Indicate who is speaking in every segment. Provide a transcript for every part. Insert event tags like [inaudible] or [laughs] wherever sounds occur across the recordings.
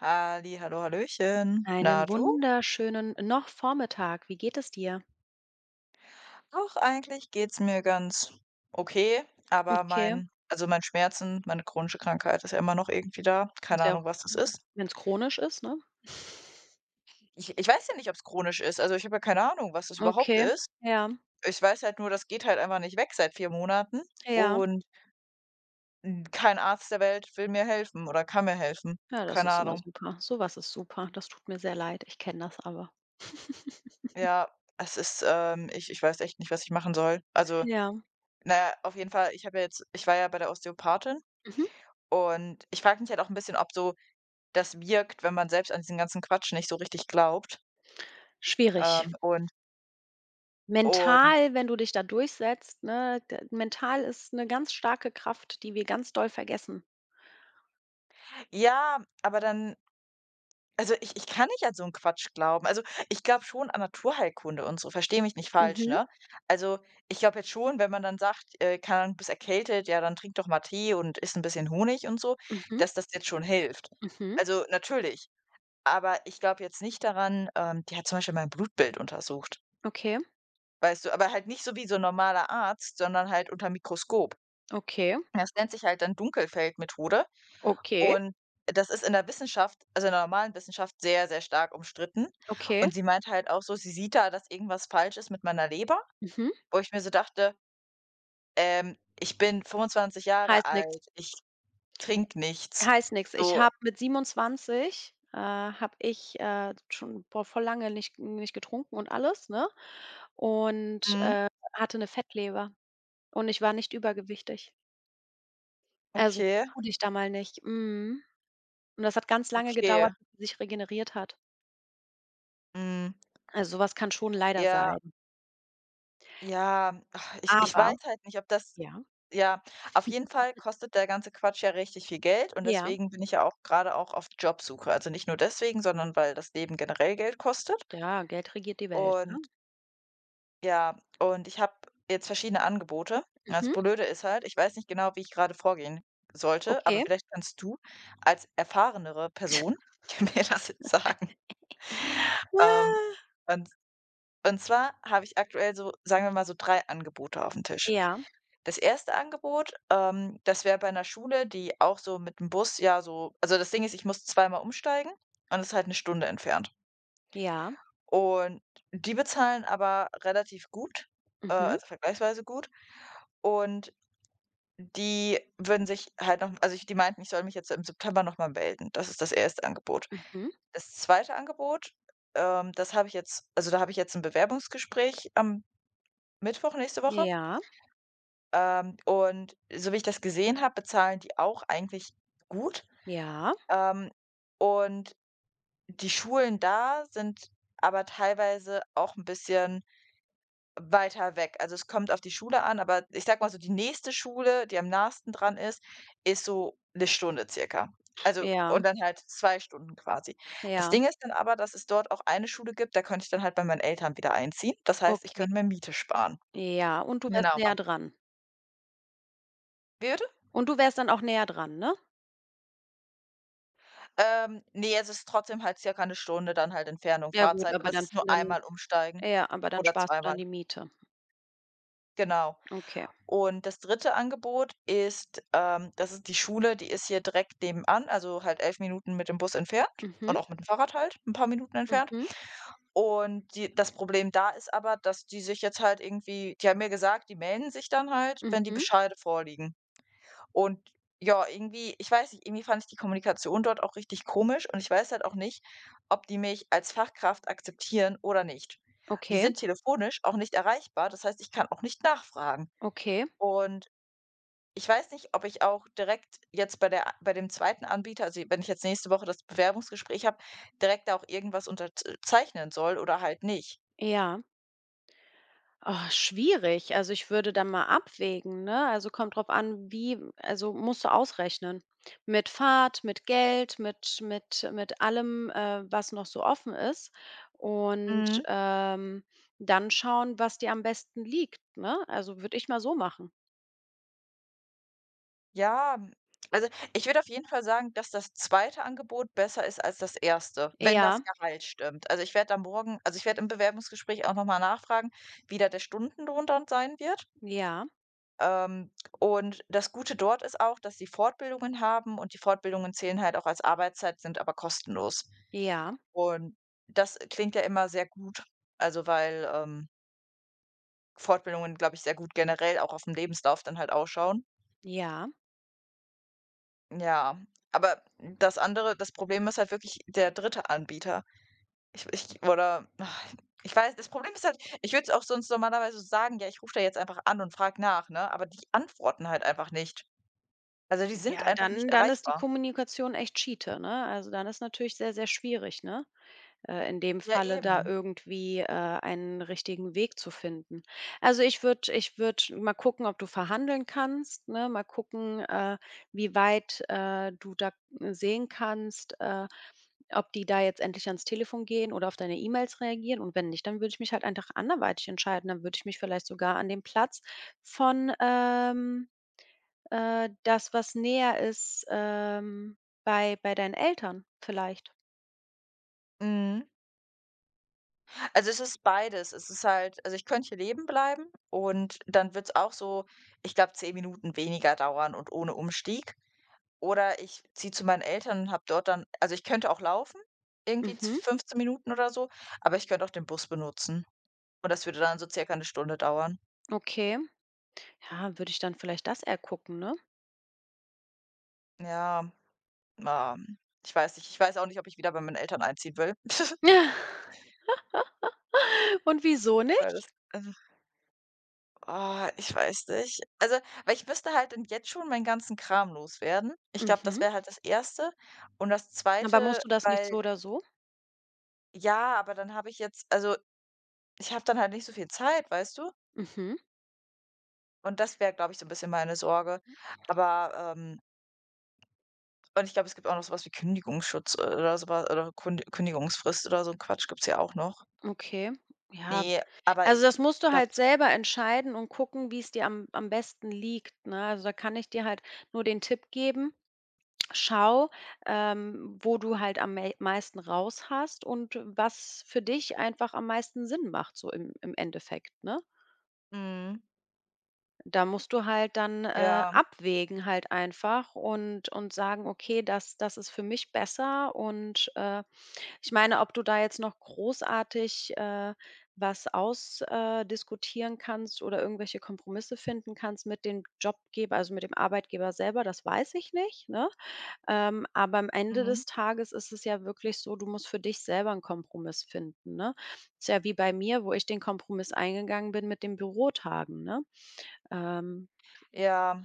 Speaker 1: Halli, hallo, hallöchen. Na
Speaker 2: Einen
Speaker 1: du?
Speaker 2: wunderschönen noch Vormittag. Wie geht es dir?
Speaker 1: Doch, eigentlich geht's mir ganz okay, aber
Speaker 2: Okay,
Speaker 1: mein also, mein Schmerzen, meine chronische Krankheit ist ja immer noch irgendwie da.
Speaker 2: ist
Speaker 1: Keine
Speaker 2: ja
Speaker 1: Ahnung,
Speaker 2: auch
Speaker 1: was das ist.
Speaker 2: wenn's chronisch ist, ne?
Speaker 1: Ich weiß ja nicht, ob's chronisch ist. Also, ich habe ja keine Ahnung, was das überhaupt
Speaker 2: Okay,
Speaker 1: ist.
Speaker 2: ja,
Speaker 1: Ich weiß halt nur, das geht halt einfach nicht weg seit 4 Monaten,
Speaker 2: ja.
Speaker 1: und kein Arzt der Welt will mir helfen oder kann mir helfen.
Speaker 2: Ja, das
Speaker 1: Keine
Speaker 2: ist immer
Speaker 1: Ahnung.
Speaker 2: super. So was ist super. Das tut mir sehr leid. Ich kenne das aber. [laughs]
Speaker 1: Ja, es ist, ich weiß echt nicht, was ich machen soll. Also,
Speaker 2: Ja,
Speaker 1: na ja, auf jeden Fall, ich war ja bei der Osteopathin.
Speaker 2: mhm.
Speaker 1: Und ich frage mich halt auch ein bisschen, ob so das wirkt, wenn man selbst an diesen ganzen Quatsch nicht so richtig glaubt.
Speaker 2: Schwierig.
Speaker 1: Ähm, und und
Speaker 2: Mental, wenn du dich da durchsetzt, ne, d mental ist eine ganz starke Kraft, die wir ganz doll vergessen.
Speaker 1: ja, aber dann, also, ich kann nicht an so 'n Quatsch glauben. Also, ich glaube schon an Naturheilkunde und so, verstehe mich nicht falsch,
Speaker 2: Mhm,
Speaker 1: ne? Also, ich glaube jetzt schon, wenn man dann sagt, keine Ahnung: „Du bist erkältet, ja, dann trink doch mal Tee und isst ein bisschen Honig“ und so,
Speaker 2: mhm,
Speaker 1: dass das jetzt schon hilft.
Speaker 2: mhm.
Speaker 1: Also, natürlich, aber ich glaube jetzt nicht daran. Die hat zum Beispiel mein Blutbild untersucht.
Speaker 2: Okay,
Speaker 1: Weißt du, aber halt nicht so wie so 'n normaler Arzt, sondern halt unter Mikroskop.
Speaker 2: okay,
Speaker 1: Das nennt sich halt dann Dunkelfeldmethode,
Speaker 2: okay,
Speaker 1: und das ist in der Wissenschaft, also in der normalen Wissenschaft, sehr, sehr stark umstritten.
Speaker 2: okay.
Speaker 1: Und sie meint halt auch so, sie sieht da, dass irgendwas falsch ist mit meiner Leber,
Speaker 2: Mhm.
Speaker 1: wo ich mir so dachte: Ich bin 25 Jahre
Speaker 2: Heißt nichts.
Speaker 1: alt, ich trinke nichts.“
Speaker 2: Heißt nix. Ich
Speaker 1: So.
Speaker 2: habe mit 27, habe ich, schon, boah, voll lange nicht getrunken und alles, ne? Und,
Speaker 1: Mhm.
Speaker 2: äh, hatte eine Fettleber und ich war nicht übergewichtig. Also,
Speaker 1: Okay,
Speaker 2: vertu dich da mal nicht. Mhm. Und das hat ganz lange
Speaker 1: okay.
Speaker 2: gedauert, bis sie sich regeneriert hat.
Speaker 1: Mhm.
Speaker 2: Also, so was kann schon leider
Speaker 1: Ja,
Speaker 2: sein.
Speaker 1: ja. Ach, ich weiß
Speaker 2: Aber
Speaker 1: halt nicht, ob das.
Speaker 2: ja,
Speaker 1: Ja, auf jeden Fall kostet der ganze Quatsch ja richtig viel Geld, und
Speaker 2: ja,
Speaker 1: deswegen bin ich ja auch gerade auch auf Jobsuche. Also, nicht nur deswegen, sondern weil das Leben generell Geld kostet.
Speaker 2: ja, Geld regiert die Welt, ne?
Speaker 1: Und ja, ich habe jetzt verschiedene Angebote. Das
Speaker 2: Mhm,
Speaker 1: Blöde ist halt, ich weiß nicht genau, wie ich gerade vorgehen sollte, aber
Speaker 2: okay.
Speaker 1: vielleicht kannst du als erfahrenere Person [laughs] mir das jetzt sagen. Ähm,
Speaker 2: Ja,
Speaker 1: und und zwar habe ich aktuell so, sagen wir mal, so 3 Angebote auf dem Tisch.
Speaker 2: ja,
Speaker 1: Das erste Angebot, das wäre bei einer Schule, die auch so mit dem Bus, ja, so, also, das Ding ist, ich muss zweimal umsteigen und es ist halt eine Stunde entfernt.
Speaker 2: ja.
Speaker 1: Und die bezahlen aber relativ gut,
Speaker 2: Mhm,
Speaker 1: also vergleichsweise gut. Und die würden sich halt noch, also, ich, die meinten, ich soll mich jetzt im September noch mal melden. Das ist das erste Angebot.
Speaker 2: mhm.
Speaker 1: Das zweite Angebot, das habe ich jetzt, also, da habe ich jetzt ein Bewerbungsgespräch am Mittwoch nächste Woche.
Speaker 2: Ja,
Speaker 1: Und so wie ich das gesehen habe, bezahlen die auch eigentlich gut.
Speaker 2: ja,
Speaker 1: Ähm, und die Schulen da sind aber teilweise auch ein bisschen weiter weg. Also, es kommt auf die Schule an, aber ich sage mal so, die nächste Schule, die am nahesten dran ist, ist so eine Stunde circa. Also,
Speaker 2: ja,
Speaker 1: und dann halt 2 Stunden quasi. Das
Speaker 2: ja.
Speaker 1: Ding ist dann aber, dass es dort auch eine Schule gibt, da könnte ich dann halt bei meinen Eltern wieder einziehen. Das heißt, ich
Speaker 2: Okay,
Speaker 1: könnte mir Miete sparen.
Speaker 2: ja, und du wärst
Speaker 1: Genau.
Speaker 2: näher dran.
Speaker 1: Wie bitte?
Speaker 2: Und du wärst dann auch näher dran, ne?
Speaker 1: Ne, es ist trotzdem halt circa 'ne Stunde dann halt Entfernung,
Speaker 2: Ja gut,
Speaker 1: Fahrzeit,
Speaker 2: aber
Speaker 1: aber es
Speaker 2: dann
Speaker 1: ist nur
Speaker 2: dann
Speaker 1: einmal umsteigen
Speaker 2: ja, aber dann
Speaker 1: oder
Speaker 2: sparst du dann
Speaker 1: zweimal,
Speaker 2: die Miete.
Speaker 1: genau.
Speaker 2: Okay.
Speaker 1: Und das dritte Angebot ist, das ist die Schule, die ist hier direkt nebenan, also halt 11 Minuten mit dem Bus entfernt
Speaker 2: Mhm,
Speaker 1: und auch mit dem Fahrrad halt ein paar Minuten entfernt.
Speaker 2: mhm,
Speaker 1: Und die das Problem da ist aber, dass die sich jetzt halt irgendwie, die haben mir gesagt, die melden sich dann halt, wenn die
Speaker 2: mhm.
Speaker 1: Bescheide vorliegen. Und ja, irgendwie, ich weiß nicht, irgendwie fand ich die Kommunikation dort auch richtig komisch und ich weiß halt auch nicht, ob die mich als Fachkraft akzeptieren oder nicht. Die
Speaker 2: Okay,
Speaker 1: sind telefonisch auch nicht erreichbar, das heißt, ich kann auch nicht nachfragen.
Speaker 2: okay,
Speaker 1: Und ich weiß nicht, ob ich auch direkt jetzt bei dem zweiten Anbieter, also, wenn ich jetzt nächste Woche das Bewerbungsgespräch habe, direkt da auch irgendwas unterzeichnen soll oder halt nicht.
Speaker 2: ja. Oh, schwierig. Also, ich würde dann mal abwägen, ne? Also, kommt drauf an, wie also, musst du ausrechnen. Mit Fahrt, mit Geld, mit allem, was noch so offen ist und,
Speaker 1: Mhm.
Speaker 2: ähm, dann schauen, was dir am besten liegt, ne? Also, würde ich mal so machen.
Speaker 1: Ja, also, ich würde auf jeden Fall sagen, dass das zweite Angebot besser ist als das erste, wenn das
Speaker 2: Ja,
Speaker 1: Gehalt stimmt. Also, ich werde da morgen, also, ich werde im Bewerbungsgespräch auch noch mal nachfragen, wie da der Stundenlohn dann sein wird.
Speaker 2: ja,
Speaker 1: Ähm, und das Gute dort ist auch, dass sie Fortbildungen haben und die Fortbildungen zählen halt auch als Arbeitszeit, sind aber kostenlos.
Speaker 2: ja,
Speaker 1: Und das klingt ja immer sehr gut, also, weil, Fortbildungen, glaube ich, sehr gut generell auch auf dem Lebenslauf dann halt ausschauen.
Speaker 2: ja.
Speaker 1: Ja, aber das andere, das Problem ist halt wirklich der dritte Anbieter. Ich oder ach, ich weiß, das Problem ist halt, ich würde es auch sonst normalerweise so sagen: „Ja, ich rufe da jetzt einfach an und frage nach“, ne? Aber die antworten halt einfach nicht. Also, die sind
Speaker 2: Ja,
Speaker 1: einfach nicht
Speaker 2: dann ist die
Speaker 1: erreichbar.
Speaker 2: Kommunikation echt Schiete, ne? Also, dann ist natürlich sehr, sehr schwierig, ne? In dem
Speaker 1: Ja,
Speaker 2: Falle da
Speaker 1: eben.
Speaker 2: irgendwie, einen richtigen Weg zu finden. Also, ich würde mal gucken, ob du verhandeln kannst, ne? Mal gucken, wie weit, du da sehen kannst, ob die da jetzt endlich ans Telefon gehen oder auf deine E-Mails reagieren. Und wenn nicht, dann würde ich mich halt einfach anderweitig entscheiden. Dann würde ich mich vielleicht sogar an den Platz von, das, was näher ist, bei deinen Eltern vielleicht.
Speaker 1: Mhm. Also, es ist beides. Es ist halt, also, ich könnte hier leben bleiben und dann wird es auch so, ich glaube, 10 Minuten weniger dauern und ohne Umstieg. Oder ich ziehe zu meinen Eltern und habe dort dann, also, ich könnte auch laufen, irgendwie z
Speaker 2: Mhm,
Speaker 1: 15 Minuten oder so, aber ich könnte auch den Bus benutzen. Und das würde dann so circa eine Stunde dauern.
Speaker 2: okay. Ja, würde ich dann vielleicht das eher gucken, ne?
Speaker 1: Ja, ah, ich weiß nicht. Ich weiß auch nicht, ob ich wieder bei meinen Eltern einziehen will, [laughs]
Speaker 2: [laughs] Und wieso
Speaker 1: weil das,
Speaker 2: nicht?
Speaker 1: also, ah, ich weiß nicht. Also, weil ich müsste halt dann jetzt schon meinen ganzen Kram loswerden. Ich glaube, das
Speaker 2: Mhm.
Speaker 1: wäre halt das Erste. Und das
Speaker 2: Aber
Speaker 1: Zweite,
Speaker 2: musst du das nicht so
Speaker 1: weil,
Speaker 2: oder so?
Speaker 1: ja, aber dann habe ich jetzt, also, ich habe dann halt nicht so viel Zeit, weißt du?
Speaker 2: Mhm,
Speaker 1: Und das wäre, glaube ich, so ein bisschen meine Sorge. Aber, und ich glaube, es gibt auch noch so was wie Kündigungsschutz, oder so wa oder Kun Kündigungsfrist oder so 'n Quatsch gibt's ja auch noch.
Speaker 2: okay. Ja,
Speaker 1: Ne, aber
Speaker 2: also
Speaker 1: ich
Speaker 2: das musst
Speaker 1: ich
Speaker 2: du
Speaker 1: glaube
Speaker 2: halt
Speaker 1: s
Speaker 2: selber entscheiden und gucken, wie es dir am besten liegt, ne? Also, da kann ich dir halt nur den Tipp geben: Schau, wo du halt am meisten raus hast und was für dich einfach am meisten Sinn macht so im Endeffekt, ne?
Speaker 1: Mhm,
Speaker 2: Da musst du halt dann,
Speaker 1: ja.
Speaker 2: abwägen halt einfach und sagen: „Okay, das ist für mich besser." Und, ich meine, ob du da jetzt noch großartig, was ausdiskutieren diskutieren kannst oder irgendwelche Kompromisse finden kannst mit dem Jobgeber, also mit dem Arbeitgeber selber, das weiß ich nicht, ne? Aber am Ende
Speaker 1: Mhm,
Speaker 2: des Tages ist es ja wirklich so, du musst für dich selber einen Kompromiss finden, ne? Ist ja wie bei mir, wo ich den Kompromiss eingegangen bin mit den Bürotagen, ne? Ähm,
Speaker 1: ja.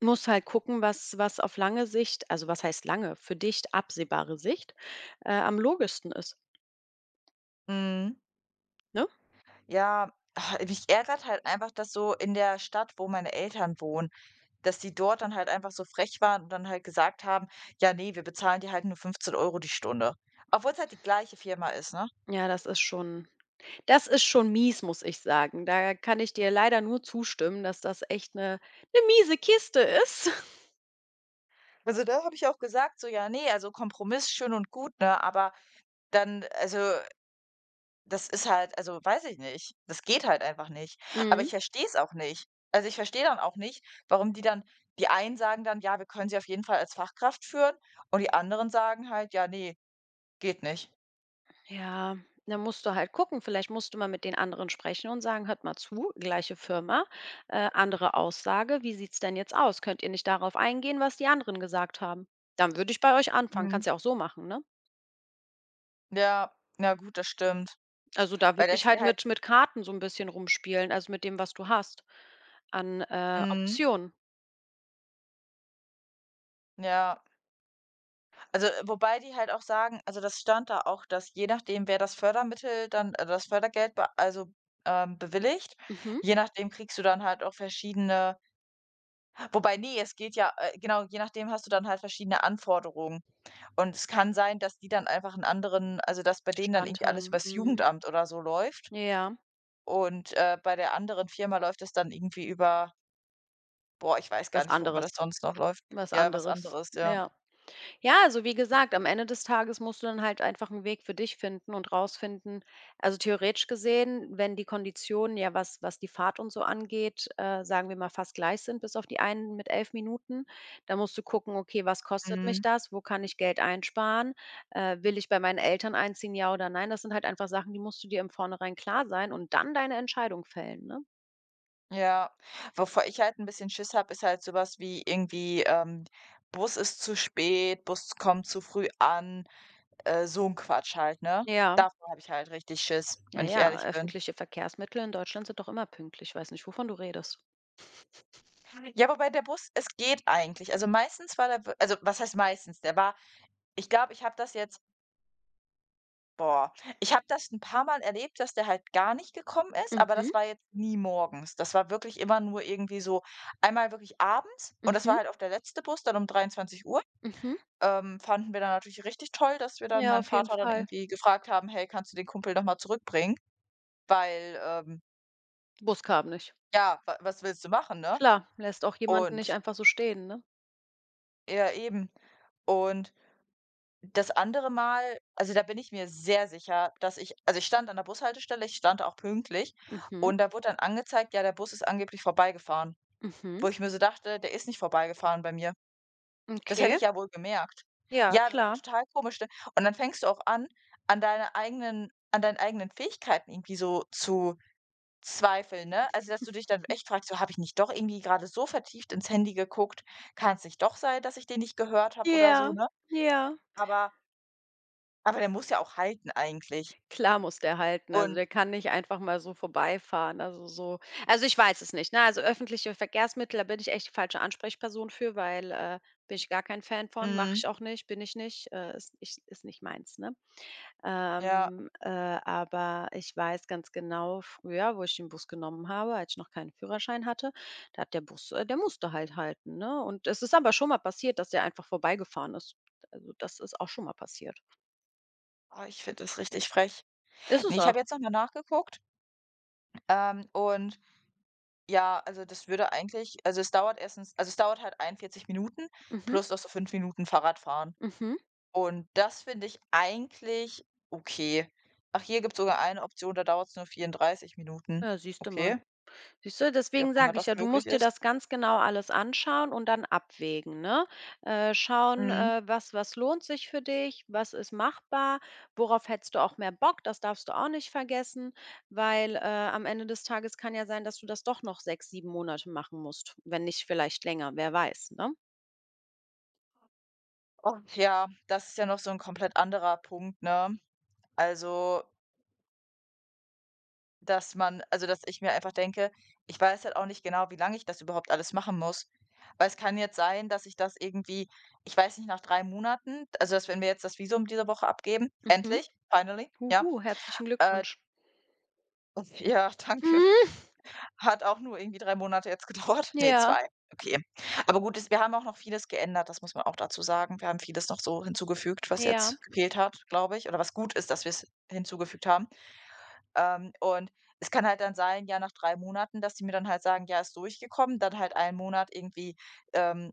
Speaker 2: muss halt gucken, was auf lange Sicht also, was heißt lange, für dich absehbare Sicht, am logischsten ist,
Speaker 1: Mhm,
Speaker 2: ne?
Speaker 1: ja. Ah, mich ärgert halt einfach, dass so in der Stadt, wo meine Eltern wohnen, dass die dort dann halt einfach so frech waren und dann halt gesagt haben: „Ja, ne, wir bezahlen dir halt nur 15 € die Stunde“, obwohl es halt die gleiche Firma ist, ne?
Speaker 2: Ja, das ist schon mies, muss ich sagen. Da kann ich dir leider nur zustimmen, dass das echt eine miese Kiste ist. [laughs]
Speaker 1: Also, da habe ich auch gesagt so: „Ja, ne, also Kompromiss schön und gut, ne, aber dann, also, das ist halt, also, weiß ich nicht. Das geht halt einfach nicht.“ Aber ich
Speaker 2: Mhm.
Speaker 1: verstehe es auch nicht. Also, ich verstehe dann auch nicht, warum die dann, die einen sagen dann: „Ja, wir können sie auf jeden Fall als Fachkraft führen“, und die anderen sagen halt: „Ja, ne, geht nicht.“
Speaker 2: Ja, da musst du halt gucken. Vielleicht musst du mal mit den anderen sprechen und sagen: „Hört mal zu, gleiche Firma, andere Aussage. Wie sieht's denn jetzt aus? Könnt ihr nicht darauf eingehen, was die anderen gesagt haben?" Dann würde ich bei euch anfangen.
Speaker 1: Mhm.
Speaker 2: Kannst ja auch so machen, ne?
Speaker 1: Ja, na gut, das stimmt.
Speaker 2: Also, da
Speaker 1: Weil
Speaker 2: würde ich
Speaker 1: das
Speaker 2: halt
Speaker 1: wäre halt.
Speaker 2: mit Karten so ein bisschen rumspielen, also, mit dem, was du hast an,
Speaker 1: Mhm,
Speaker 2: Optionen.
Speaker 1: ja. Also, wobei die halt auch sagen, also, das stand da auch, dass je nachdem, wer das Fördermittel dann, also, das Fördergeld be also, bewilligt,
Speaker 2: Mhm.
Speaker 1: je nachdem kriegst du dann halt auch verschiedene, wobei, ne, es geht ja, genau, je nachdem hast du dann halt verschiedene Anforderungen. Und es kann sein, dass die dann einfach einen anderen, also, dass bei denen dann
Speaker 2: Stand
Speaker 1: irgendwie alles
Speaker 2: haben.
Speaker 1: übers
Speaker 2: Mhm.
Speaker 1: Jugendamt oder so läuft,
Speaker 2: Ja,
Speaker 1: und, bei der anderen Firma läuft es dann irgendwie über, boah, ich weiß gar
Speaker 2: was
Speaker 1: nicht, worüber
Speaker 2: anderes
Speaker 1: das sonst noch läuft.
Speaker 2: was
Speaker 1: Ja, was
Speaker 2: anderes.
Speaker 1: anderes, ja.
Speaker 2: Ja. Ja, also wie gesagt, am Ende des Tages musst du dann halt einfach einen Weg für dich finden und rausfinden also, theoretisch gesehen, wenn die Konditionen ja, was die Fahrt und so angeht, sagen wir mal, fast gleich sind bis auf die einen mit 11 Minuten, dann musst du gucken: „Okay, was kostet mich
Speaker 1: Mhm.
Speaker 2: das? Wo kann ich Geld einsparen? Will ich bei meinen Eltern einziehen, ja oder nein?" Das sind halt einfach Sachen, die musst du dir im Vornherein klar sein und dann deine Entscheidung fällen, ne?
Speaker 1: Ja, wovor ich halt ein bisschen Schiss habe, ist halt sowas wie irgendwie, Bus ist zu spät, Bus kommt zu früh an, so 'n Quatsch halt, ne?
Speaker 2: Ja,
Speaker 1: Davor habe ich halt richtig Schiss,
Speaker 2: ja,
Speaker 1: wenn ich
Speaker 2: ja,
Speaker 1: ehrlich bin.
Speaker 2: öffentliche Verkehrsmittel in Deutschland sind doch immer pünktlich. Ich weiß nicht, wovon du redest.
Speaker 1: Ja, wobei der Bus, es geht eigentlich. Also, meistens war der w also, was heißt meistens? Der war, ich glaube, ich habe das jetzt, boah, ich habe das ein paar Mal erlebt, dass der halt gar nicht gekommen ist, aber
Speaker 2: Mhm,
Speaker 1: das war jetzt nie morgens. Das war wirklich immer nur irgendwie so einmal wirklich abends und das
Speaker 2: mhm,
Speaker 1: war halt auch der letzte Bus dann um 23 Uhr.
Speaker 2: mhm.
Speaker 1: Fanden wir dann natürlich richtig toll, dass wir dann
Speaker 2: Ja,
Speaker 1: meinen
Speaker 2: auf jeden
Speaker 1: Vater dann
Speaker 2: Fall.
Speaker 1: irgendwie gefragt haben: „Hey, kannst du den Kumpel noch mal zurückbringen?“ Weil,
Speaker 2: Bus kam nicht.
Speaker 1: ja, wa was willst du machen, ne?
Speaker 2: Klar, lässt auch jemanden nicht
Speaker 1: Und
Speaker 2: einfach so stehen, ne?
Speaker 1: ja, eben. Und das andere Mal, also, da bin ich mir sehr sicher, dass ich, also, ich stand an der Bushaltestelle, ich stand auch pünktlich
Speaker 2: Mhm,
Speaker 1: und da wurde dann angezeigt, ja, der Bus ist angeblich vorbeigefahren,
Speaker 2: mhm,
Speaker 1: wo ich mir so dachte: „Der ist nicht vorbeigefahren bei mir.“ Das hätte
Speaker 2: okay.
Speaker 1: ich ja wohl gemerkt.
Speaker 2: Ja,
Speaker 1: Ja, das war
Speaker 2: klar.
Speaker 1: total komisch, ne? Und dann fängst du auch an, an deine eigenen, an deinen eigenen Fähigkeiten irgendwie so zu zweifeln, ne? Also, dass du dich dann echt fragst: „So, habe ich nicht doch irgendwie grade so vertieft ins Handy geguckt? Kann's nicht doch sein, dass ich den nicht gehört habe oder so“,
Speaker 2: Ja,
Speaker 1: ne?
Speaker 2: ja.
Speaker 1: Aber der muss ja auch halten eigentlich.
Speaker 2: Klar muss der halten. Also, der
Speaker 1: Und
Speaker 2: kann nicht einfach mal so vorbeifahren. Also, so also, ich weiß es nicht, ne? Also, öffentliche Verkehrsmittel, da bin ich echt die falsche Ansprechperson für, weil, bin ich gar kein Fan von, mache
Speaker 1: mhm,
Speaker 2: ich auch nicht, bin ich nicht, ist ich ist nicht meins, ne?
Speaker 1: ja,
Speaker 2: Aber ich weiß ganz genau, früher, wo ich den Bus genommen habe, als ich noch keinen Führerschein hatte, da hat der Bus, der musste halt halten, ne? Und es ist aber schon mal passiert, dass der einfach vorbeigefahren ist. Also, das ist auch schon mal passiert.
Speaker 1: oh, ich finde das richtig frech.
Speaker 2: Ist es
Speaker 1: Ne, ich
Speaker 2: auch.
Speaker 1: habe jetzt noch mal nachgeguckt, ähm, und ja, also das würde eigentlich, also es dauert erstens, also es dauert halt 41 Minuten
Speaker 2: Mhm,
Speaker 1: plus noch so 5 Minuten Fahrradfahren.
Speaker 2: mhm.
Speaker 1: Und das finde ich eigentlich okay. Ach, hier gibt's sogar eine Option, da dauert's nur 34 Minuten.
Speaker 2: Ja, siehst du mal.
Speaker 1: Okay,
Speaker 2: Siehst du,
Speaker 1: wie auch
Speaker 2: deswegen
Speaker 1: immer
Speaker 2: sage ich
Speaker 1: das
Speaker 2: ja, du
Speaker 1: möglich
Speaker 2: musst dir
Speaker 1: ist.
Speaker 2: das ganz genau alles anschauen und dann abwägen, ne? Schauen,
Speaker 1: Mhm.
Speaker 2: äh, was lohnt sich für dich, was ist machbar, worauf hättest du auch mehr Bock, das darfst du auch nicht vergessen, weil, am Ende des Tages kann ja sein, dass du das doch noch 6, 7 Monate machen musst, wenn nicht vielleicht länger, wer weiß, ne?
Speaker 1: Und ja, das ist ja noch so ein komplett anderer Punkt, ne? Also, dass man, also, dass ich mir einfach denke, ich weiß halt auch nicht genau, wie lange ich das überhaupt alles machen muss. Weil es kann jetzt sein, dass ich das irgendwie, ich weiß nicht, nach 3 Monaten, also, dass wenn wir jetzt das Visum diese Woche abgeben,
Speaker 2: Mhm.
Speaker 1: endlich, finally, ja,
Speaker 2: Huhu, herzlichen
Speaker 1: äh,
Speaker 2: Glückwunsch.
Speaker 1: [laughs] ja, danke.
Speaker 2: Mhm.
Speaker 1: Hat auch nur irgendwie 3 Monate jetzt gedauert. [laughs] Nee,
Speaker 2: Ja,
Speaker 1: zwei. Okay. Aber gut, es, wir haben auch noch vieles geändert, das muss man auch dazu sagen. Wir haben vieles noch so hinzugefügt, was
Speaker 2: ja.
Speaker 1: jetzt gefehlt hat, glaube ich, oder was gut ist, dass wir es hinzugefügt haben. Und es kann halt dann sein, ja, nach 3 Monaten, dass die mir dann halt sagen: „Ja, ist durchgekommen“, dann halt einen Monat irgendwie, ähm,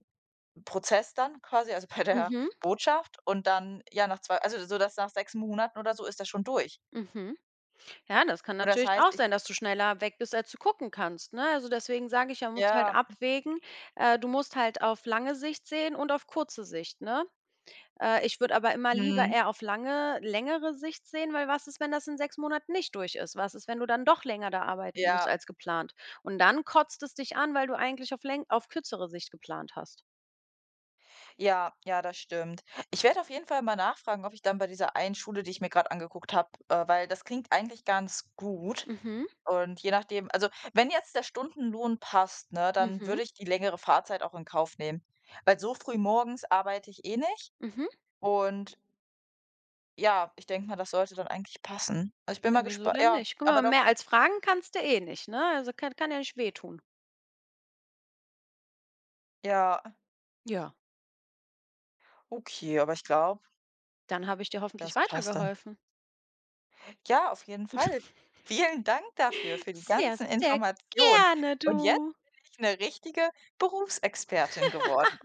Speaker 1: Prozess dann quasi, also [laughs] bei der
Speaker 2: Mhm,
Speaker 1: Botschaft, und dann, ja, nach zwei, also so, dass nach 6 Monaten oder so ist das schon durch.
Speaker 2: mhm. Ja, das kann
Speaker 1: Und das
Speaker 2: natürlich
Speaker 1: heißt,
Speaker 2: auch
Speaker 1: ich,
Speaker 2: sein, dass du schneller weg bist, als du gucken kannst, ne? Also, deswegen sage ich ja, musst du halt
Speaker 1: ja.
Speaker 2: abwägen. Du musst halt auf lange Sicht sehen und auf kurze Sicht, ne? Ich würde aber immer lieber
Speaker 1: Mhm,
Speaker 2: eher auf lange längere Sicht sehen, weil was ist, wenn das in 6 Monaten nicht durch ist? Was ist, wenn du dann doch länger da arbeiten musst
Speaker 1: ja.
Speaker 2: als geplant? Und dann kotzt es dich an, weil du eigentlich auf kürzere Sicht geplant hast.
Speaker 1: Ja, ja, das stimmt. Ich werde auf jeden Fall mal nachfragen, ob ich dann bei dieser einen Schule, die ich mir gerade angeguckt habe, weil das klingt eigentlich ganz gut.
Speaker 2: Mhm,
Speaker 1: Und je nachdem, also, wenn jetzt der Stundenlohn passt, ne, dann
Speaker 2: mhm,
Speaker 1: würde ich die längere Fahrzeit auch in Kauf nehmen. Weil so früh morgens arbeite ich eh nicht,
Speaker 2: mhm.
Speaker 1: und ja, ich denke mal, das sollte dann eigentlich passen. Also, ich bin
Speaker 2: Ja,
Speaker 1: mal
Speaker 2: wieso
Speaker 1: gespannt.
Speaker 2: denn
Speaker 1: Ja,
Speaker 2: nicht? Guck mal,
Speaker 1: aber doch,
Speaker 2: mehr als fragen kannst du eh nicht, ne? Also, kann ja nicht wehtun.
Speaker 1: ja,
Speaker 2: Ja.
Speaker 1: okay, aber ich glaube,
Speaker 2: Dann habe ich dir hoffentlich
Speaker 1: das passt dann.
Speaker 2: weitergeholfen.
Speaker 1: Ja, auf jeden Fall. Vielen Dank dafür, für die
Speaker 2: Sehr,
Speaker 1: ganzen
Speaker 2: sehr
Speaker 1: Informationen.
Speaker 2: gerne
Speaker 1: Und jetzt
Speaker 2: du.
Speaker 1: bin ich eine richtige Berufsexpertin geworden.